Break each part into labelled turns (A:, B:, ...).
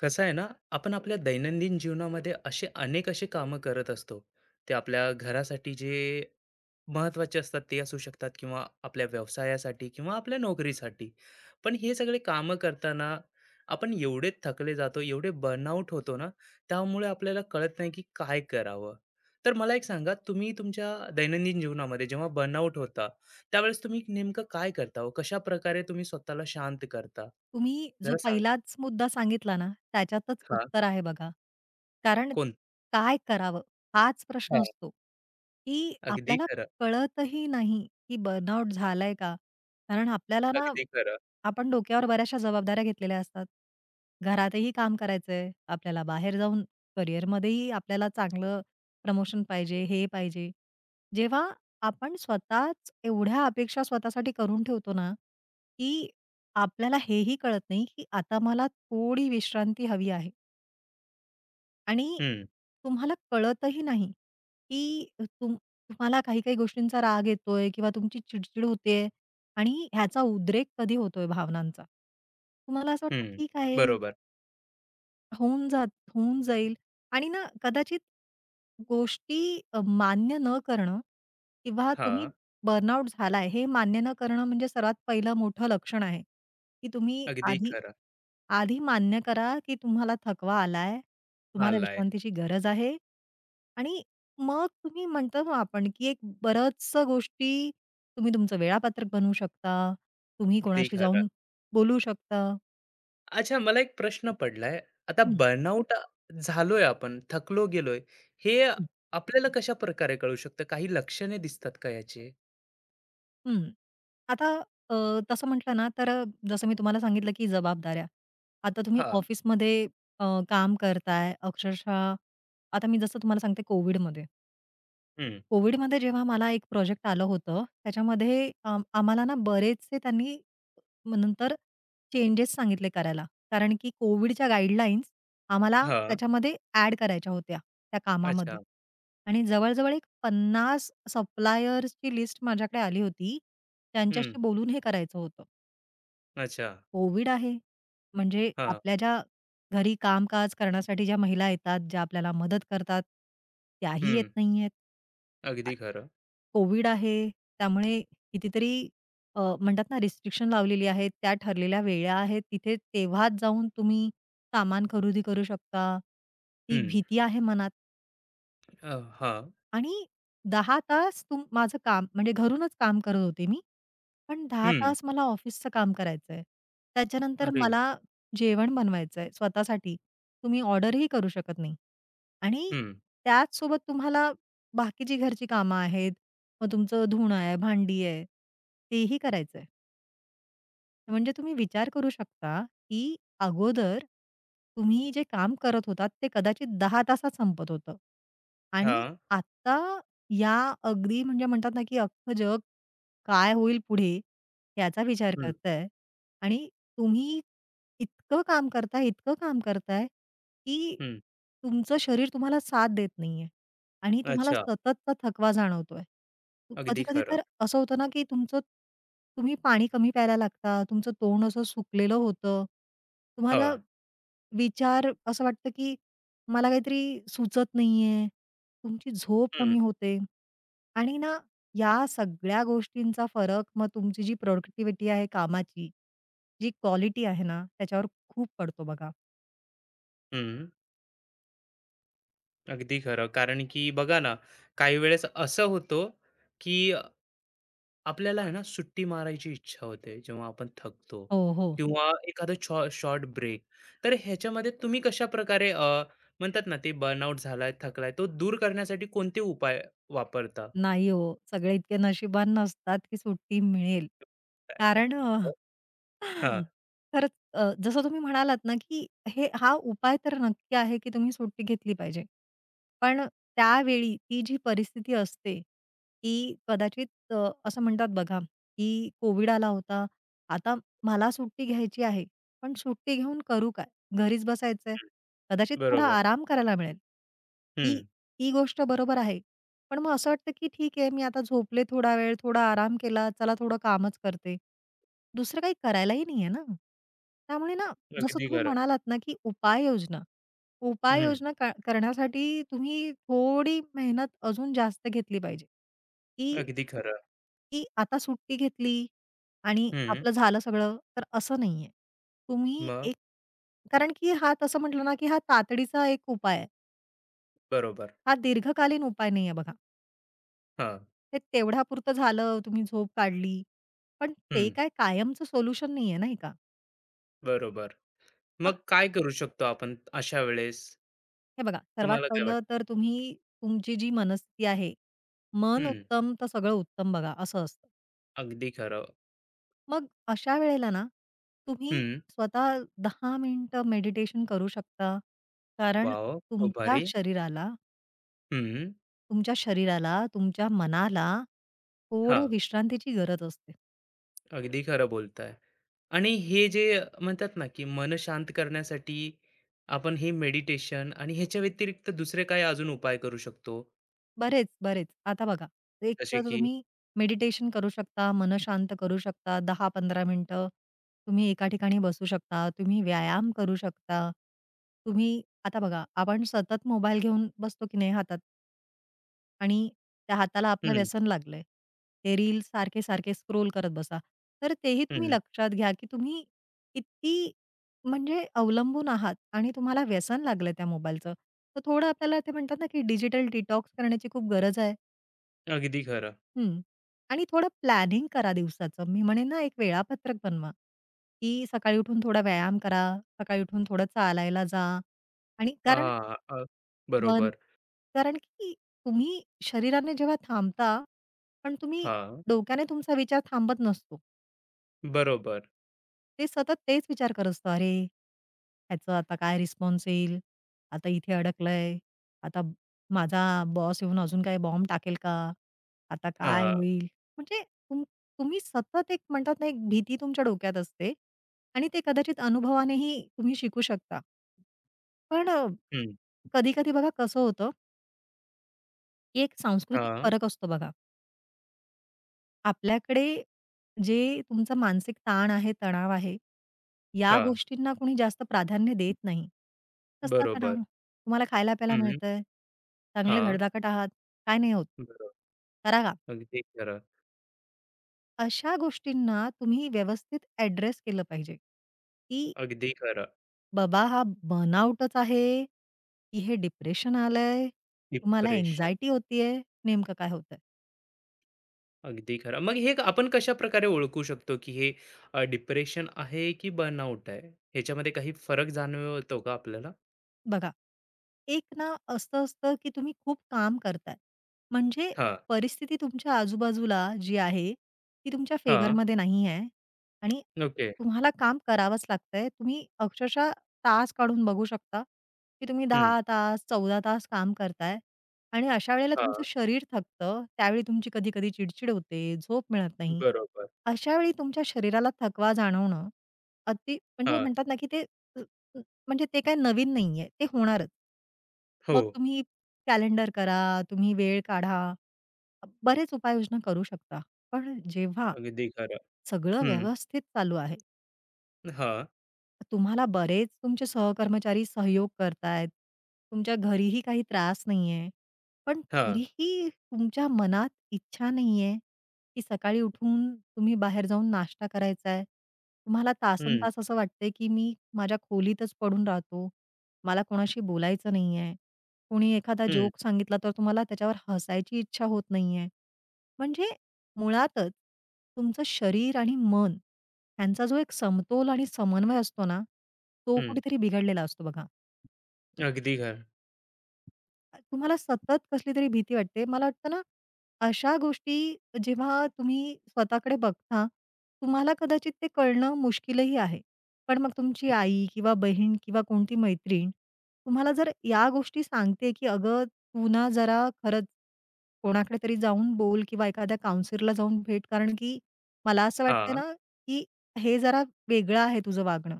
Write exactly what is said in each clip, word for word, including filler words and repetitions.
A: कसं आहे ना. आपण आपल्या दैनंदिन जीवनामध्ये असे अनेक असे कामं करत असतो. ते आपल्या घरासाठी जे महत्त्वाचे असतात ते असू शकतात किंवा आपल्या व्यवसायासाठी किंवा आपल्या नोकरीसाठी. पण हे सगळे कामं करताना आपण एवढे थकले जातो, एवढे बर्नआउट होतो ना, त्यामुळे आपल्याला कळत नाही की काय करावं. तर मला एक सांगा, तुम्ही तुमच्या दैनंदिन जीवनामध्ये जेव्हा बर्नआउट होता त्यावेळेस तुम्ही नेमकं काय करता हो? कशा प्रकारे तुम्ही स्वतःला शांत करता?
B: तुम्ही जो
A: जरा सांगा.
B: पहिलाच मुद्दा सांगितला ना, त्याच्यातच
A: हा.
B: उत्तर आहे बघा. कारण
A: कोण?
B: काय करावं? हाच प्रश्न असतो, की
A: अगदी
B: आपल्याला
A: खरं,
B: कळतही नाही, की बर्नआउट झालाय का? कारण आपल्याला ना,
A: अगदी खरं.
B: आपण डोक्यावर बऱ्याचशा जबाबदाऱ्या घेतलेल्या असतात. घरातही काम करायचंय, आपल्याला बाहेर जाऊन करिअरमध्येही आपल्याला चांगलं प्रमोशन पाहिजे, हे पाहिजे. जेव्हा आपण स्वतःच एवढ्या अपेक्षा स्वतःसाठी करून ठेवतो ना, की आपल्याला हेही कळत नाही, की आता मला थोडी विश्रांती हवी आहे आणि
A: हं,
B: तुम्हाला कळतही नाही, की तुम तुम्हाला काही-काही गोष्टींचा राग येतोय किंवा तुमची चिडचिड होतेय आणि ह्याचा उद्रेक कधी होतोय भावनांचा. तुम्हाला असं वाटतं,
A: हं.
B: ठीक आहे.
A: बरोबर.
B: होऊन जात होऊन जाईल आणि ना कदाचित गोष्टी अ, मान्य न करणं किंवा तुम्ही
A: हां,
B: बर्नआउट झालाय हे मान्य न करणं म्हणजे सर्वात पहिलं मोठं लक्षण आहे, की तुम्ही
A: अगदी
B: आधी
A: खरं.
B: आधी मान्य करा, की तुम्हाला थकवा आलाय, तुम्हाला
A: आलाय.
B: विश्रांतीची गरज आहे आणि मग तुम्ही म्हणतो ना आपण, की एक बऱ्याचशा गोष्टी तुम्ही तुमचं वेळापत्रक बनवू शकता, तुम्ही
A: अगदी
B: कोणाशी
A: खरं.
B: जाऊन बोलू शकता.
A: अच्छा, मला एक प्रश्न पडलाय. आता
B: हं.
A: बर्नआउट झालोय आपण, थकलो गेलोय. हे आपल्याला कशा प्रकारे कळू शकतं? काही लक्षणे दिसतात का याची?
B: हं. आता अ, तसं म्हटलं ना, तर अ, जसं मी तुम्हाला सांगितलं, की जबाबदाऱ्या. आता तुम्ही
A: हां,
B: ऑफिसमध्ये अ, काम करताय अक्षरशः. आता मी जसं तुम्हाला सांगते कोविडमध्ये.
A: हं,
B: कोविडमध्ये जेव्हा मला एक प्रोजेक्ट आलं होतं, त्याच्यामध्ये अ, आम्हाला ना बरेचसे त्यांनी मग नंतर चेंजेस सांगितले करायला. कारण की कोविडच्या गाईडलाईन्स आम्हाला
A: हां.
B: त्याच्यामध्ये ॲड करायच्या होत्या, त्या कामामध्ये.
A: अच्छा.
B: आणि जवळ-जवळ एक पन्नास सप्लायर्सची लिस्ट माझ्याकडे आली होती.
A: हं,
B: त्यांच्याशी बोलून हे करायचं होतं.
A: अच्छा.
B: कोविड आहे, म्हणजे
A: हां,
B: आपल्या ज्या घरी कामकाज करण्यासाठी ज्या महिला येतात, ज्या आपल्याला मदत करतात, त्याही येत
A: हं.
B: नाहीयेत. अ,
A: अगदी खरं.
B: कोविड आहे, त्यामुळे कितीतरी अ, म्हणतात ना रिस्ट्रिक्शन लावलेली आहेत. त्या ठरलेल्या वेळा आहेत, तिथे तेव्हाच जाऊन तुम्ही सामान खरेदी करू शकता. ती
A: हं.
B: भीती आहे मनात.
A: अ, हां.
B: आणि दहा तास तुम माझं काम म्हणजे घरूनच काम करत होते मी. पण दहा
A: हं.
B: तास मला ऑफिसचं काम करायचंय. त्याच्यानंतर
A: अरे!
B: मला जेवण बनवायचंय स्वतःसाठी. तुम्ही ऑर्डरही करू शकत नाही. आणि
A: हं.
B: त्याचसोबत तुम्हाला बाकीची घरची कामं आहेत. मग तुमचं धुणं आहे, भांडी आहे, तेही करायचंय. म्हणजे तुम्ही विचार करू शकता, की अगोदर तुम्ही जे काम करत होतात ते कदाचित दहा तासात संपत होतं आणि
A: हां.
B: आत्ता या अगदी म्हणजे म्हणतात ना, की अख्खं जग, काय होईल पुढे याचा विचार
A: हं,
B: करताय आणि तुम्ही इतकं काम करताय, इतकं काम करताय, की
A: हं.
B: तुमचं शरीर तुम्हाला साथ देत नाहीये आणि तुम्हाला
A: अच्छा.
B: सततचा थकवा जाणवतोय.
A: अगदी
B: कधी-कधी
A: खरं.
B: तर असं होतं ना, की तुमचं तुम्ही पाणी कमी प्यायला लागता, तुमचं तोंड असं सुकलेलं होतं. तुम्हाला
A: हां.
B: विचार असं वाटतं, की मला काहीतरी सुचत नाहीये, तुमची झोप
A: हं,
B: कमी होते. आणि ना, या सगळ्या गोष्टींचा फरक मग तुमची जी प्रॉडक्टिव्हिटी आहे कामाची, जी क्वालिटी आहे ना, त्याच्यावर खूप पडतो बघा.
A: हं. अगदी खरं. कारण की बघा ना, काही वेळेस असं होतं की आपल्याला आहे ना सुट्टी मारायची इच्छा होते, जेव्हा आपण थकतो
B: हो, हो.
A: किंवा एखादा छॉ शॉर्ट ब्रेक. तर ह्याच्यामध्ये तुम्ही कशा प्रकारे अ, म्हणतात ना ते बर्नआउट झालाय, थकलाय, तो दूर करण्यासाठी कोणते उपाय वापरता?
B: नाही हो, सगळे इतके नशिबान नसतात, की सुट्टी मिळेल. कारण अ,
A: हां,
B: खरंच अ, जसं तुम्ही म्हणालात ना, की हे हा उपाय तर नक्की आहे, की तुम्ही सुट्टी घेतली पाहिजे. पण त्यावेळी ती जी परिस्थिती असते, ती कदाचित अ, असं म्हणतात बघा, की कोव्हिड आला होता. आता मला सुट्टी घ्यायची आहे, पण सुट्टी घेऊन करू काय? घरीच बसायचंय. कदाचित थोडा
A: बरोबर.
B: आराम करायला मिळेल. ही
A: हं,
B: ही गोष्ट बरोबर आहे. पण मग असं वाटतं की ठीक आहे, मी आता झोपले थोडा वेळ, थोडा आराम केला, चला थोडं कामच करते. दुसरं काही करायलाही नाहीये ना. त्यामुळे ना, जसं
A: अगदी
B: तुम्ही
A: खरं.
B: म्हणालात ना, की उपाययोजना.
A: हं,
B: उपाययोजना क करण्यासाठी तुम्ही थोडी मेहनत अजून जास्त घेतली पाहिजे, की
A: अगदी खरं.
B: की आता सुट्टी घेतली आणि
A: हं,
B: आपलं झालं सगळं, तर असं नाहीये. तुम्ही
A: मग?
B: एक कारण की हा तसं म्हटलं ना, की हा तातडीचा एक उपाय आहे.
A: बरोबर.
B: हा दीर्घकालीन उपाय नाहीये बघा.
A: हां,
B: ते तेवढ्यापुरतं झालं, तुम्ही झोप काढली. पण
A: हं,
B: ते काय कायमचं सोल्युशन नाहीये, नाही का?
A: बरोबर.
B: मग
A: मग काय करू शकतो आपण अशा वेळेस?
B: हे बघा, सर्वात
A: तुम्हाला काय
B: पहिलं
A: वाटतं?
B: तर तुम्ही तुमची जी मनस्थिती आहे, मन
A: हं,
B: उत्तम तर सगळं उत्तम बघा, असं असतं.
A: अगदी खरं.
B: मग अशा वेळेला ना, तुम्ही
A: हं.
B: स्वतः दहा मिनिटं मेडिटेशन करू शकता. कारण
A: वॉव! खूप
B: तुमच्या
A: भारी.
B: शरीराला
A: हं.
B: तुमच्या शरीराला, तुमच्या मनाला थोडं
A: हां,
B: विश्रांतीची गरज असते.
A: अगदी खरं बोलताय. आणि हे जे म्हणतात ना, की मन शांत करण्यासाठी आपण हे मेडिटेशन आणि ह्याच्या व्यतिरिक्त दुसरे काय अजून उपाय करू शकतो?
B: बरेच, बरेच. आता बघा, एक
A: जसे
B: तर
A: की.
B: तुम्ही मेडिटेशन करू शकता, मन शांत करू शकता, दहा ते पंधरा मिनिटं तुम्ही एका ठिकाणी बसू शकता, तुम्ही व्यायाम करू शकता. तुम्ही आता बघा, आपण सतत मोबाईल घेऊन बसतो की नाही हातात? आणि त्या हाताला आपलं
A: हं,
B: व्यसन लागलंय. ते रील्स सारखे-सारखे स्क्रोल करत बसा. तर तेही तुम्ही
A: हं.
B: लक्षात घ्या, की तुम्ही किती म्हणजे अवलंबून आहात आणि तुम्हाला व्यसन लागलं त्या मोबाईलचं. तर थोडं आपल्याला ते म्हणतात ना, की डिजिटल डिटॉक्स करण्याची खूप गरज आहे.
A: अगदी खरं.
B: हं. आणि थोडं प्लॅनिंग करा दिवसाचं. मी म्हणेन ना, एक वेळापत्रक बनवा, की सकाळी उठून थोडा व्यायाम करा, सकाळी उठून थोडं चालायला जा आणि कारण
A: हां, अ,
B: बन
A: बरोबर.
B: कारण की तुम्ही शरीराने जेव्हा थांबता, पण तुम्ही
A: हां,
B: डोक्याने तुमचा विचार थांबत नसतो.
A: बरोबर.
B: ते सतत तेच विचार करत असतो. अरे, ह्याचं आता काय रिस्पॉन्स येईल? आता इथे अडकलंय. आता माझा बॉस येऊन अजून काही बॉम्ब टाकेल का? आता काय
A: हां,
B: होईल? म्हणजे तुम तुम्ही सतत एक म्हणतात ना, एक भीती तुमच्या डोक्यात असते आणि ते कदाचित अनुभवानेही तुम्ही शिकू शकता. पण अ,
A: हं.
B: कधी-कधी बघा कसं होतं, की एक सांस्कृतिक
A: हां,
B: फरक असतो बघा. आपल्याकडे जे तुमचा मानसिक ताण आहे, तणाव आहे, या
A: हां.
B: गोष्टींना कोणी जास्त प्राधान्य देत नाही. कसला तणाव?
A: बरोबर.
B: तुम्हाला खायला-प्यायला
A: हं.
B: मिळतंय, चांगले
A: हां,
B: धडधाकट आहात, काय नाही होत.
A: बरोबर.
B: करा का?
A: अगदी खरं,
B: अशा गोष्टींना तुम्ही व्यवस्थित ॲड्रेस केलं पाहिजे, की
A: अगदी खरं.
B: बाबा हा बर्नआउटच आहे, की हे डिप्रेशन आलंय, तुम्हाला
A: डिप्रेशन.
B: अँक्झायटी होतीये, नेमकं काय होतंय?
A: अगदी खरं. मग हे आपण कशाप्रकारे ओळखू शकतो, की हे डिप्रेशन आहे की बर्नआउट आहे? ह्याच्यामध्ये काही फरक जाणवतो का आपल्याला?
B: बघा, एक ना असं असतं, की तुम्ही खूप काम करताय. म्हणजे
A: हां,
B: परिस्थिती तुमच्या आजूबाजूला जी आहे, ती तुमच्या
A: हां.
B: फेवरमध्ये नाही आहे आणि
A: ओके.
B: तुम्हाला काम करावंच लागतंय. तुम्ही अक्षरशः तास काढून बघू शकता, की तुम्ही
A: हं.
B: दहा तास, चौदा तास काम करताय आणि अशा वेळेला तुमचं
A: हां,
B: शरीर थकतं. त्यावेळी तुमची कधी-कधी चिडचिड होते, झोप मिळत नाही.
A: बरोबर.
B: अशा वेळी तुमच्या शरीराला थकवा जाणवणं अति म्हणजे
A: हां.
B: म्हणतात ना, की ते म्हणजे ते काही नवीन नाहीये, ते होणारच.
A: हो,
B: मग तुम्ही कॅलेंडर करा, तुम्ही वेळ काढा, बरेच उपाययोजना करू शकता. पण जेव्हा
A: अगदी खरं.
B: सगळं
A: हं.
B: व्यवस्थित चालू आहे,
A: हां,
B: तुम्हाला बरेच तुमचे सहकर्मचारी सहयोग करतायत. तुमच्या घरीही काही त्रास नाहीये. पण
A: हां.
B: तरीही तुमच्या मनात इच्छा नाहीये, की सकाळी उठून तुम्ही बाहेर जाऊन नाश्ता करायचाय. तुम्हाला
A: हं,
B: तासनतास असं वाटतंय, की मी माझ्या खोलीतच पडून राहतो. मला कोणाशी बोलायचं नाहीये. कोणी एखादा
A: हं,
B: जोक सांगितला तर तुम्हाला त्याच्यावर हसायची इच्छा होत नाहीये. म्हणजे मुळातच तुमचं शरीर आणि मन त्यांचा जो एक समतोल आणि समन्वय असतो ना, तो
A: हं.
B: कुठेतरी बिघडलेला असतो बघा.
A: अगदी खरं.
B: तुम्हाला सतत कसली तरी भीती वाटते. मला वाटतं ना, अशा गोष्टी जेव्हा तुम्ही स्वतःकडे बघता, तुम्हाला कदाचित ते कळणं मुश्किलही आहे. पण मग तुमची आई किंवा बहीण किंवा कोणती मैत्रीण तुम्हाला जर या गोष्टी सांगते, की "अगं, तू ना जरा खरंच कोणाकडे तरी जाऊन बोल किंवा एखाद्या काउन्सिलरला जाऊन भेट. कारण की मला असं वाटतंय
A: हां.
B: ना, की हे जरा वेगळं आहे तुझं वागणं."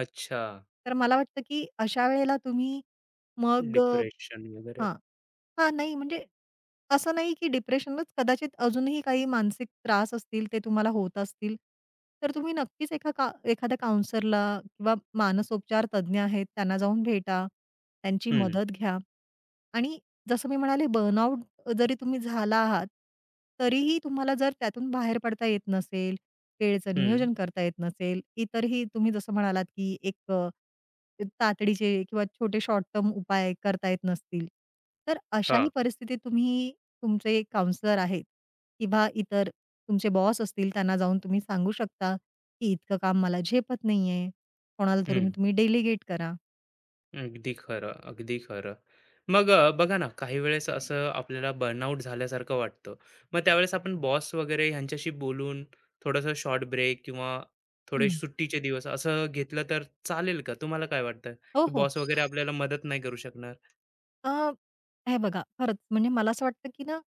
A: अच्छा.
B: तर मला वाटतं की अशा वेळेला तुम्ही मग अ,
A: डिप्रेशन वगैरे.
B: हां. हां, नाही म्हणजे असं नाही की डिप्रेशनलाच कदाचित अजूनही काही मानसिक त्रास असतील, ते तुम्हाला होत असतील, तर तुम्ही नक्कीच एका का एखाद्या काउन्सलरला किंवा मानसोपचार तज्ञ आहेत, त्यांना जाऊन भेटा. त्यांची
A: हं,
B: मदत घ्या. आणि जसं मी म्हणाले बर्नआउट जरी तुम्ही झाला आहात, तरीही तुम्हाला जर त्यातून बाहेर पडता येत नसेल, वेळेचं
A: हं.
B: नियोजन करता येत नसेल, इतरही तुम्ही जसं म्हणालात, की एक अ, तातडीचे किंवा छोटे शॉर्ट टर्म उपाय करता येत नसतील, तर अशाही
A: हां.
B: परिस्थितीत तुम्ही तुमचे काउंसलर आहेत किंवा इतर तुमचे बॉस असतील, त्यांना जाऊन तुम्ही सांगू शकता, की इतकं काम मला झेपत नाहीये. कोणाला तरी
A: हं.
B: तुम्ही डेलिगेट करा.
A: अगदी खरं, अगदी खरं. मग अ, बघा ना, काही वेळेस असं आपल्याला बर्नआउट झाल्यासारखं वाटतं. मग त्यावेळेस आपण बॉस वगैरे ह्यांच्याशी बोलून थोडंसं शॉर्ट ब्रेक किंवा थोडे
B: हं.
A: सुट्टीचे दिवस असं घेतलं तर चालेल का? तुम्हाला काय वाटतं,
B: हो,
A: की
B: हो.
A: बॉस वगैरे आपल्याला मदत नाही करू शकणार?
B: अ, हे बघा, खरंच म्हणजे मला असं वाटतं, की ना,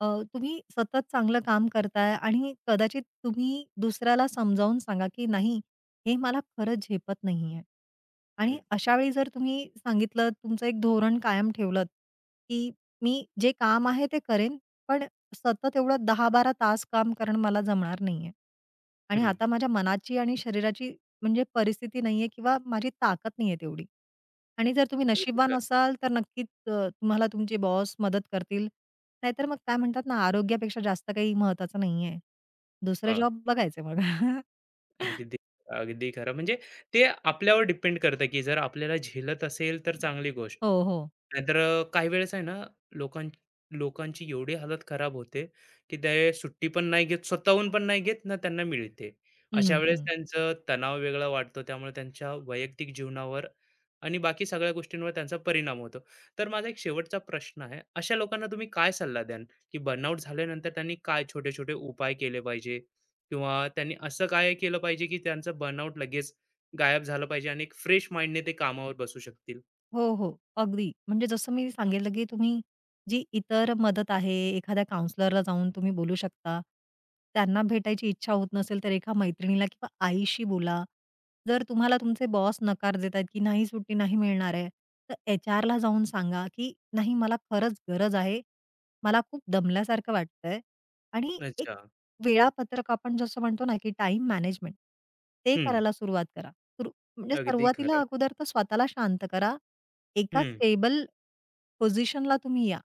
B: अ, तुम्ही सतत चांगलं काम करताय आणि कदाचित तुम्ही दुसऱ्याला समजावून सांगा, की नाही हे मला खरंच झेपत नाहीये. आणि
A: हं,
B: अशा वेळी जर तुम्ही सांगितलं, तुमचं एक धोरण कायम ठेवलंत, की मी जे काम आहे ते करेन, पण सतत एवढं दहा ते बारा तास काम करणं मला जमणार नाहीये. आणि
A: हं.
B: आता माझ्या मनाची आणि शरीराची म्हणजे परिस्थिती नाहीये किंवा माझी ताकद नाहीये तेवढी. आणि जर तुम्ही
A: अगदी
B: नशीबवान
A: खरं.
B: असाल तर नक्कीच अ, तुम्हाला तुमचे बॉस मदत करतील. नाहीतर मग काय म्हणतात ना, आरोग्यापेक्षा जास्त काही महत्वाचं नाहीये. दुसरे
A: हां.
B: जॉब बघायचे मग.
A: अगदी, अगदी खरं. म्हणजे ते आपल्यावर डिपेंड करतं, की जर आपल्याला झेलत असेल तर चांगली गोष्ट.
B: हो, हो.
A: नाहीतर अ, काही वेळेस आहे ना, लोकां लोकांची एवढी हालत खराब होते, की ते सुट्टी पण नाही घेत, स्वतःहून पण नाही घेत ना त्यांना मिळते. अशा
B: हं,
A: वेळेस
B: हं.
A: त्यांचं तणाव वेगळा वाढतो. त्यामुळे त्यांच्या वैयक्तिक जीवनावर आणि बाकी सगळ्या गोष्टींवर त्यांचा परिणाम होतो. तर माझा एक शेवटचा प्रश्न आहे. अशा लोकांना तुम्ही काय सल्ला द्याल, की बर्नआउट झाल्यानंतर त्यांनी काय छोटे-छोटे उपाय केले पाहिजे? किंवा त्यांनी असं काय केलं पाहिजे, की त्यांचं बर्नआउट लगेच गायब झालं पाहिजे आणि एक फ्रेश माइंडने ते कामावर बसू शकतील?
B: हो, हो. अगदी. म्हणजे जसं मी सांगितलं, की तुम्ही जी इतर मदत आहे, एखाद्या काउंसलरला जाऊन तुम्ही बोलू शकता. त्यांना भेटायची इच्छा होत नसेल, तर एका मैत्रिणीला किंवा आईशी बोला. जर तुम्हाला तुमचे बॉस नकार देत आहेत, की नाही सुट्टी नाही मिळणार आहे, तर एचआरला जाऊन सांगा, की नाही मला खरंच गरज आहे. मला खूप दमल्यासारखं वाटतंय आणि एक
A: अच्छा.
B: वेळापत्रक आपण जसं म्हणतो ना, की टाईम मॅनेजमेंट ते
A: हं.
B: करायला सुरुवात करा. सुरू म्हणजे
A: अगदी
B: सुरुवातीला
A: खरं.
B: अगोदर तर स्वतःला शांत करा, एका
A: हं.
B: स्टेबल पोझिशनला तुम्ही या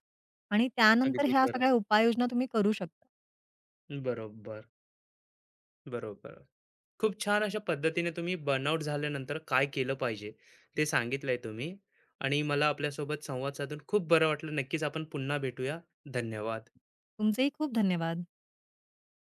B: आणि त्यानंतर
A: अगदी
B: ह्या
A: खरं.
B: सगळ्या उपाययोजना तुम्ही करू शकता.
A: बरोबर, बरोबर. खूप छान अशा पद्धतीने तुम्ही बर्नआउट झाल्यानंतर काय केलं पाहिजे ते सांगितलंय तुम्ही आणि मला आपल्यासोबत संवाद साधून खूप बरं वाटलं. नक्कीच आपण पुन्हा भेटूया. धन्यवाद.
B: तुमचेही खूप धन्यवाद.